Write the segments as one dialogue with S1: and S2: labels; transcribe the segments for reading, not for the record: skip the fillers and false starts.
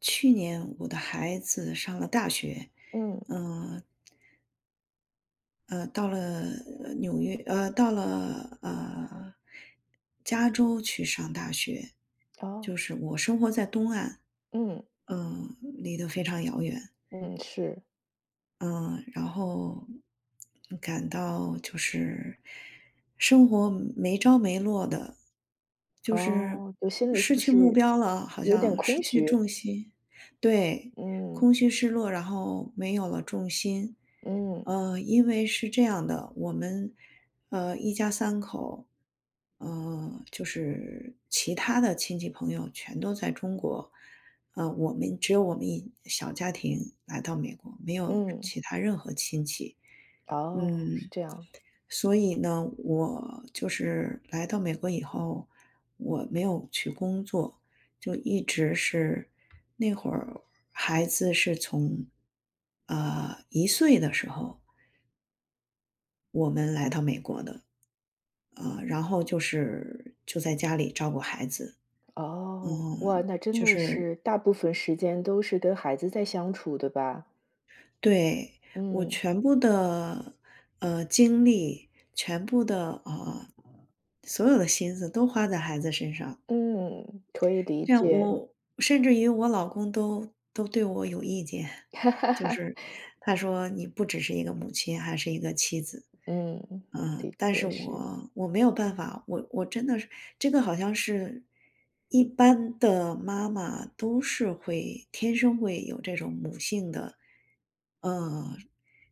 S1: 去年我的孩子上了大学。
S2: 嗯，
S1: 嗯。到了纽约，到了加州去上大学。
S2: 哦，
S1: 就是我生活在东岸，
S2: 嗯，
S1: 嗯，离得非常遥远。
S2: 嗯，是，
S1: 嗯，然后感到就是生活没着没落的，就是
S2: 哦，就心里是
S1: 失
S2: 不
S1: 去目
S2: 是
S1: 标了，好
S2: 有点
S1: 像
S2: 空
S1: 失去
S2: 虚？
S1: 重心。对，
S2: 嗯，
S1: 空虚失落，然后没有了重心。
S2: 嗯，
S1: 因为是这样的，我们一家三口，就是其他的亲戚朋友全都在中国。我们只有我们一小家庭来到美国，没有
S2: 嗯，
S1: 其他任何亲戚。
S2: 哦，是
S1: 嗯，
S2: 这样。
S1: 所以呢，我就是来到美国以后，我没有去工作，就一直是那会儿孩子是从，1岁的时候我们来到美国的。然后就是就在家里照顾孩子。
S2: 哦，哇，
S1: 嗯，
S2: 那真
S1: 就
S2: 的
S1: 是
S2: 是大部分时间都是跟孩子在相处，对吧？
S1: 对，我
S2: 嗯，
S1: 全部的，精力，全部的，所有的心思都花在孩子身上。
S2: 嗯，可以理
S1: 这样
S2: 解，
S1: 我甚至于我老公都对我有意见。就是他说：“你不只是一个母亲，还是一个妻子。”
S2: 嗯，的
S1: 嗯，但是
S2: 确是，
S1: 我没有办法。我真的是这个好像是一般的妈妈都是会天生会有这种母性的。呃，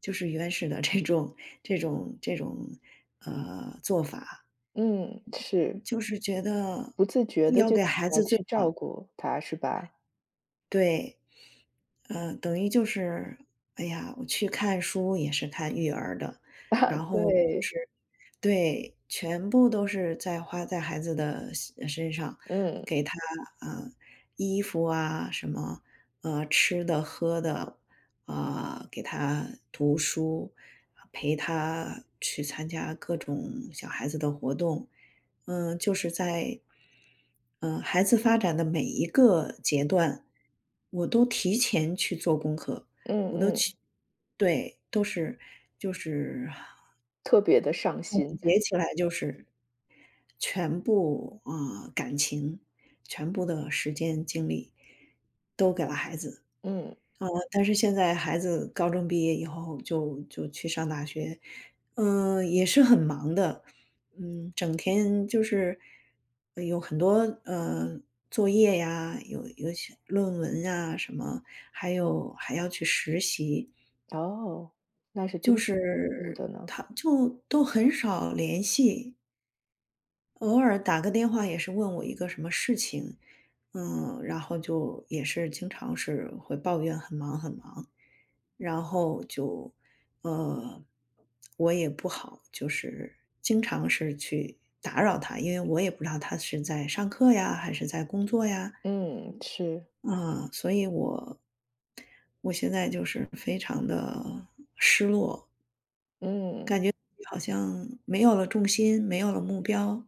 S1: 就是原始的这种做法。
S2: 嗯，是，
S1: 就是觉得
S2: 不自觉的
S1: 要
S2: 就
S1: 给孩
S2: 要
S1: 子最。
S2: 去照顾他，是吧？
S1: 对。等于就是，哎呀，我去看书也是看育儿的。
S2: 啊，
S1: 然后就
S2: 对，
S1: 是对，全部都是在花在孩子的身上，
S2: 嗯，
S1: 给他啊、衣服啊什么，吃的喝的，啊、给他读书，陪他去参加各种小孩子的活动。嗯，就是在，嗯，孩子发展的每一个阶段，我都提前去做功课。我都
S2: 嗯，嗯，
S1: 去，对，都是就是
S2: 特别的上
S1: 总
S2: 心，
S1: 结起来就是全部啊、感情，全部的时间精力都给了孩子。
S2: 嗯。
S1: 但是现在孩子高中毕业以后就去上大学，嗯，也是很忙的。嗯，整天就是有很多呃作业呀，有些论文呀什么，还有还要去实习。
S2: 哦，那是真
S1: 就
S2: 的忙碌
S1: 是
S2: 的呢。
S1: 他就都很少联系。偶尔打个电话也是问我一个什么事情。嗯，然后就也是经常是会抱怨很忙很忙。然后就，呃，我也不好，就是经常是去打扰他，因为我也不知道他是在上课呀，还是在工作呀。
S2: 嗯，是，
S1: 嗯，所以我现在就是非常的失落，
S2: 嗯。
S1: 感觉好像没有了重心，没有了目标。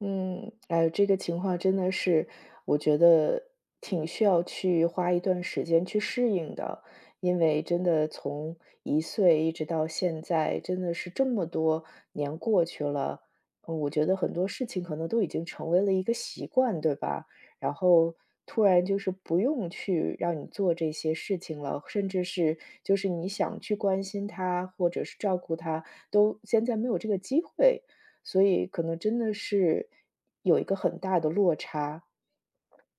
S2: 嗯，哎，这个情况真的是，我觉得挺需要去花一段时间去适应的，因为真的从1岁一直到现在，真的是这么多年过去了，我觉得很多事情可能都已经成为了一个习惯，对吧？然后突然就是不用去让你做这些事情了，甚至是就是你想去关心他，或者是照顾他，都现在没有这个机会。所以可能真的是有一个很大的落差。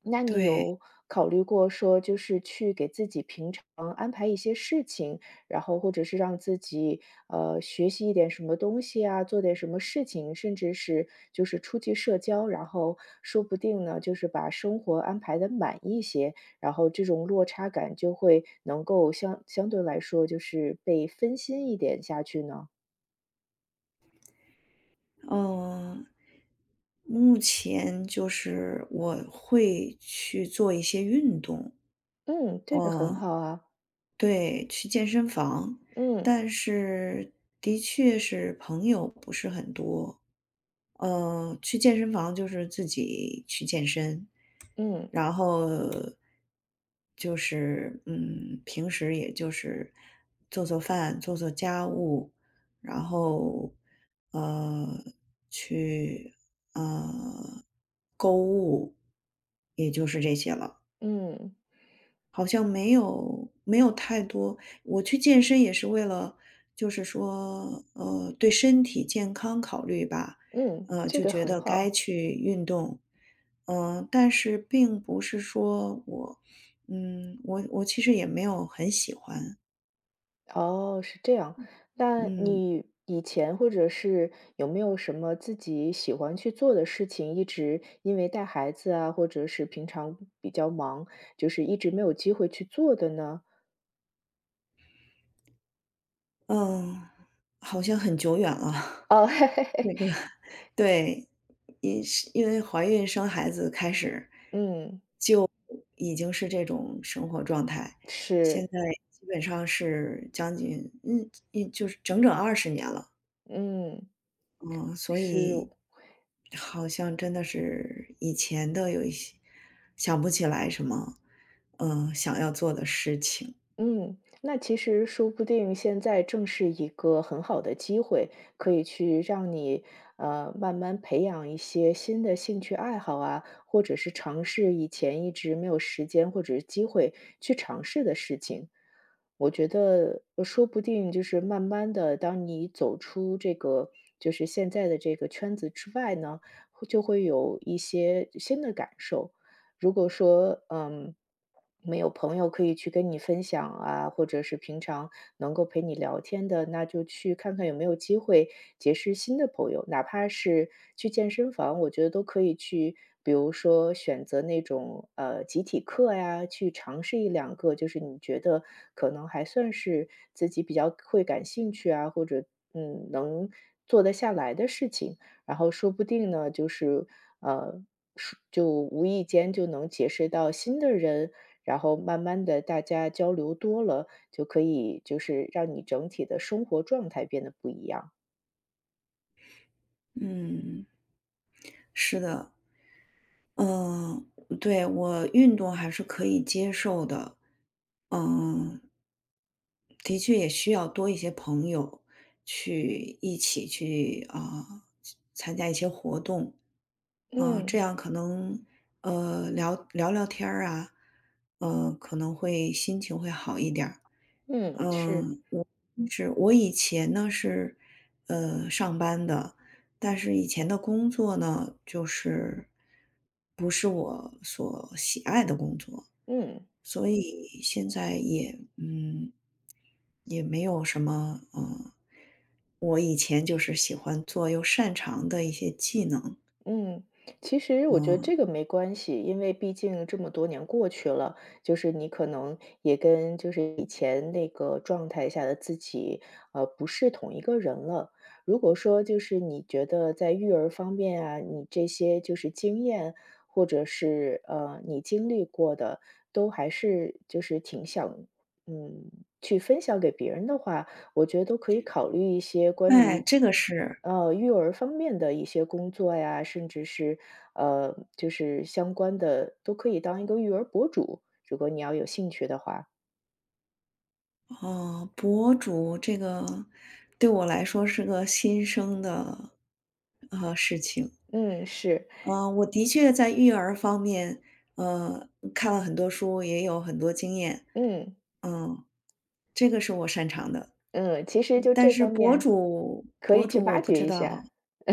S2: 那你
S1: 对。
S2: 有考虑过说，就是去给自己平常安排一些事情，然后或者是让自己学习一点什么东西啊，做点什么事情，甚至是就是出去社交，然后说不定呢，就是把生活安排的满一些，然后这种落差感就会能够相对来说就是被分心一点下去呢。
S1: 嗯，目前就是我会去做一些运动。
S2: 嗯，这个很
S1: 嗯，
S2: 好啊。
S1: 对，去健身房。
S2: 嗯
S1: 但是的确是朋友不是很多。去健身房就是自己去健身。
S2: 嗯。
S1: 然后就是，嗯，平时也就是做做饭、做做家务，然后呃去呃购物，也就是这些了。
S2: 嗯，
S1: 好像没有太多。我去健身也是为了就是说，对身体健康考虑吧。
S2: 嗯，这
S1: 就
S2: 个
S1: 觉
S2: 很
S1: 得该
S2: 好。
S1: 去运动。但是并不是说我我其实也没有很喜欢。
S2: 哦，是这样。那
S1: 嗯，
S2: 你以前或者是有没有什么自己喜欢去做的事情，一直因为带孩子啊，或者是平常比较忙，就是一直没有机会去做的呢？
S1: 嗯，好像很久远了。
S2: 哦，嘿嘿嘿，
S1: 对。对，因为怀孕生孩子开始，
S2: 嗯，
S1: 就已经是这种生活状态。现
S2: 是，
S1: 在基本上是将近也就是整整20年了。
S2: 嗯，
S1: 嗯，所
S2: 是。
S1: 以好像真的是以前的有一些想不起来什么，想要做的事情。
S2: 嗯，那其实说不定现在正是一个很好的机会，可以去让你慢慢培养一些新的兴趣爱好啊，或者是尝试以前一直没有时间或者是机会去尝试的事情。我觉得说不定就是慢慢的，当你走出这个就是现在的这个圈子之外呢，会就会有一些新的感受。如果说，嗯，没有朋友可以去跟你分享啊，或者是平常能够陪你聊天的，那就去看看有没有机会结识新的朋友，哪怕是去健身房，我觉得都可以去。比如说选择那种集体课呀，去尝试一两个，就是你觉得可能还算是自己比较会感兴趣啊，或者能做得下来的事情。然后说不定呢，就是呃，是就无意间就能结识到新的人，然后慢慢的大家交流多了，就可以就是让你整体的生活状态变得不一样。
S1: 嗯，是的。嗯，对，我运动还是可以接受的。嗯。的确也需要多一些朋友去一起去啊、参加一些活动啊、这
S2: 嗯。
S1: 样可能聊聊聊天儿啊，可能会心情会好一点儿。
S2: 嗯，是，
S1: 嗯，我是我以前呢是，上班的。但是以前的工作呢，就是不是我所喜爱的工作。
S2: 嗯。
S1: 所以现在也也没有什么我以前就是喜欢做又擅长的一些技能。
S2: 嗯，其实我觉得
S1: 嗯，
S2: 这个没关系，因为毕竟这么多年过去了，就是你可能也跟就是以前那个状态下的自己，不是同一个人了。如果说就是你觉得在育儿方面啊，你这些就是经验，或者是你经历过的，都还是就是挺想嗯去分享给别人的话，我觉得都可以考虑一些关
S1: 哎，
S2: 于，
S1: 这个是
S2: 育儿方面的一些工作呀，甚至是，就是相关的，都可以当一个育儿博主，如果你要有兴趣的话。
S1: 哦，博主这个对我来说是个新生的，事情。
S2: 嗯，是，
S1: 我的确在育儿方面，看了很多书，也有很多经验。
S2: 嗯，
S1: 嗯，这个是我擅长的，
S2: 嗯，其实就
S1: 但
S2: 这
S1: 是
S2: 方
S1: 博
S2: 面
S1: 主
S2: 可
S1: 博
S2: 以去
S1: 主我
S2: 挖
S1: 不
S2: 掘
S1: 知
S2: 一
S1: 道。
S2: 下。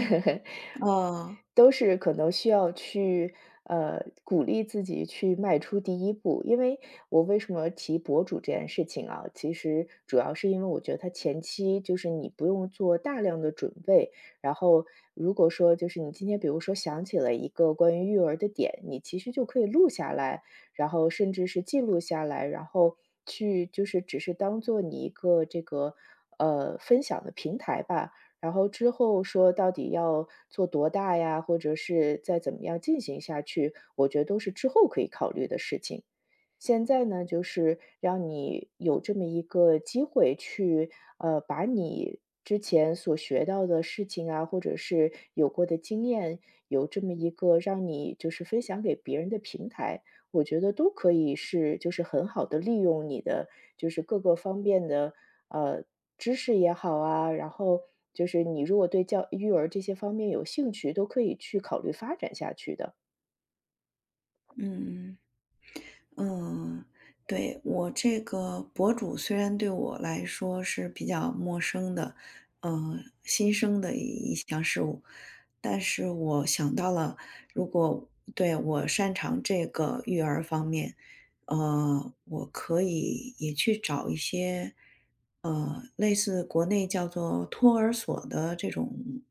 S1: 呃，
S2: 都是可能需要去，鼓励自己去迈出第一步。因为我为什么提博主这件事情啊，其实主要是因为我觉得它前期就是你不用做大量的准备，然后如果说就是你今天比如说想起了一个关于育儿的点，你其实就可以录下来，然后甚至是记录下来，然后去就是只是当做你一个这个，分享的平台吧。然后之后说到底要做多大呀，或者是再怎么样进行下去，我觉得都是之后可以考虑的事情。现在呢，就是让你有这么一个机会去，把你之前所学到的事情啊，或者是有过的经验，有这么一个让你就是分享给别人的平台，我觉得都可以是就是很好的利用你的就是各个方面的呃知识也好啊，然后就是你如果对教育儿这些方面有兴趣，都可以去考虑发展下去的。
S1: 嗯嗯。嗯，对，我这个博主虽然对我来说是比较陌生的，呃，新生的一项事物。但是我想到了，如果对我擅长这个育儿方面，我可以也去找一些，类似国内叫做托儿所的这种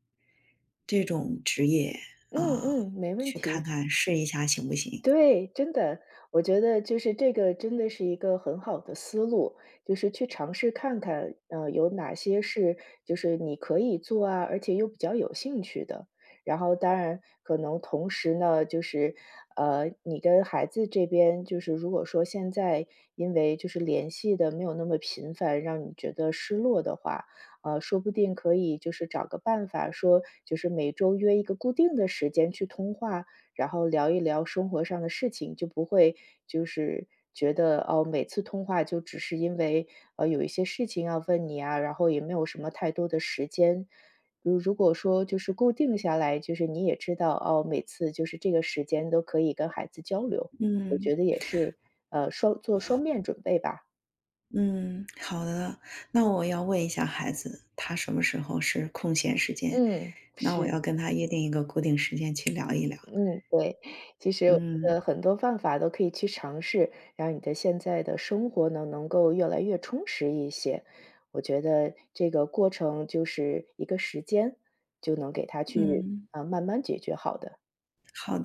S1: 这种职业
S2: 嗯
S1: 啊，
S2: 嗯，没问
S1: 去看
S2: 题。
S1: 看试一下行不行？
S2: 对，真的，我觉得就是这个真的是一个很好的思路，就是去尝试看看，有哪些是就是你可以做啊，而且又比较有兴趣的。然后当然可能同时呢，就是你跟孩子这边就是如果说现在因为就是联系的没有那么频繁，让你觉得失落的话，说不定可以就是找个办法说，就是每周约一个固定的时间去通话，然后聊一聊生活上的事情，就不会就是觉得哦，每次通话就只是因为有一些事情要问你啊，然后也没有什么太多的时间。如果说就是固定下来，就是你也知道哦，每次就是这个时间都可以跟孩子交流，我
S1: 嗯。
S2: 觉得也是双做双面准备吧。
S1: 嗯，好的。那我要问一下孩子，他什么时候是空闲时间？
S2: 嗯，
S1: 那我
S2: 是。
S1: 要跟他约定一个固定时间去聊一聊。
S2: 嗯，对，其实我觉
S1: 嗯
S2: 得很多办法都可以去尝试，让你的现在的生活呢能够越来越充实一些。我觉得这个过程就是一个时间，就能给它去
S1: 嗯，
S2: 啊、慢慢解决好的。
S1: 好的。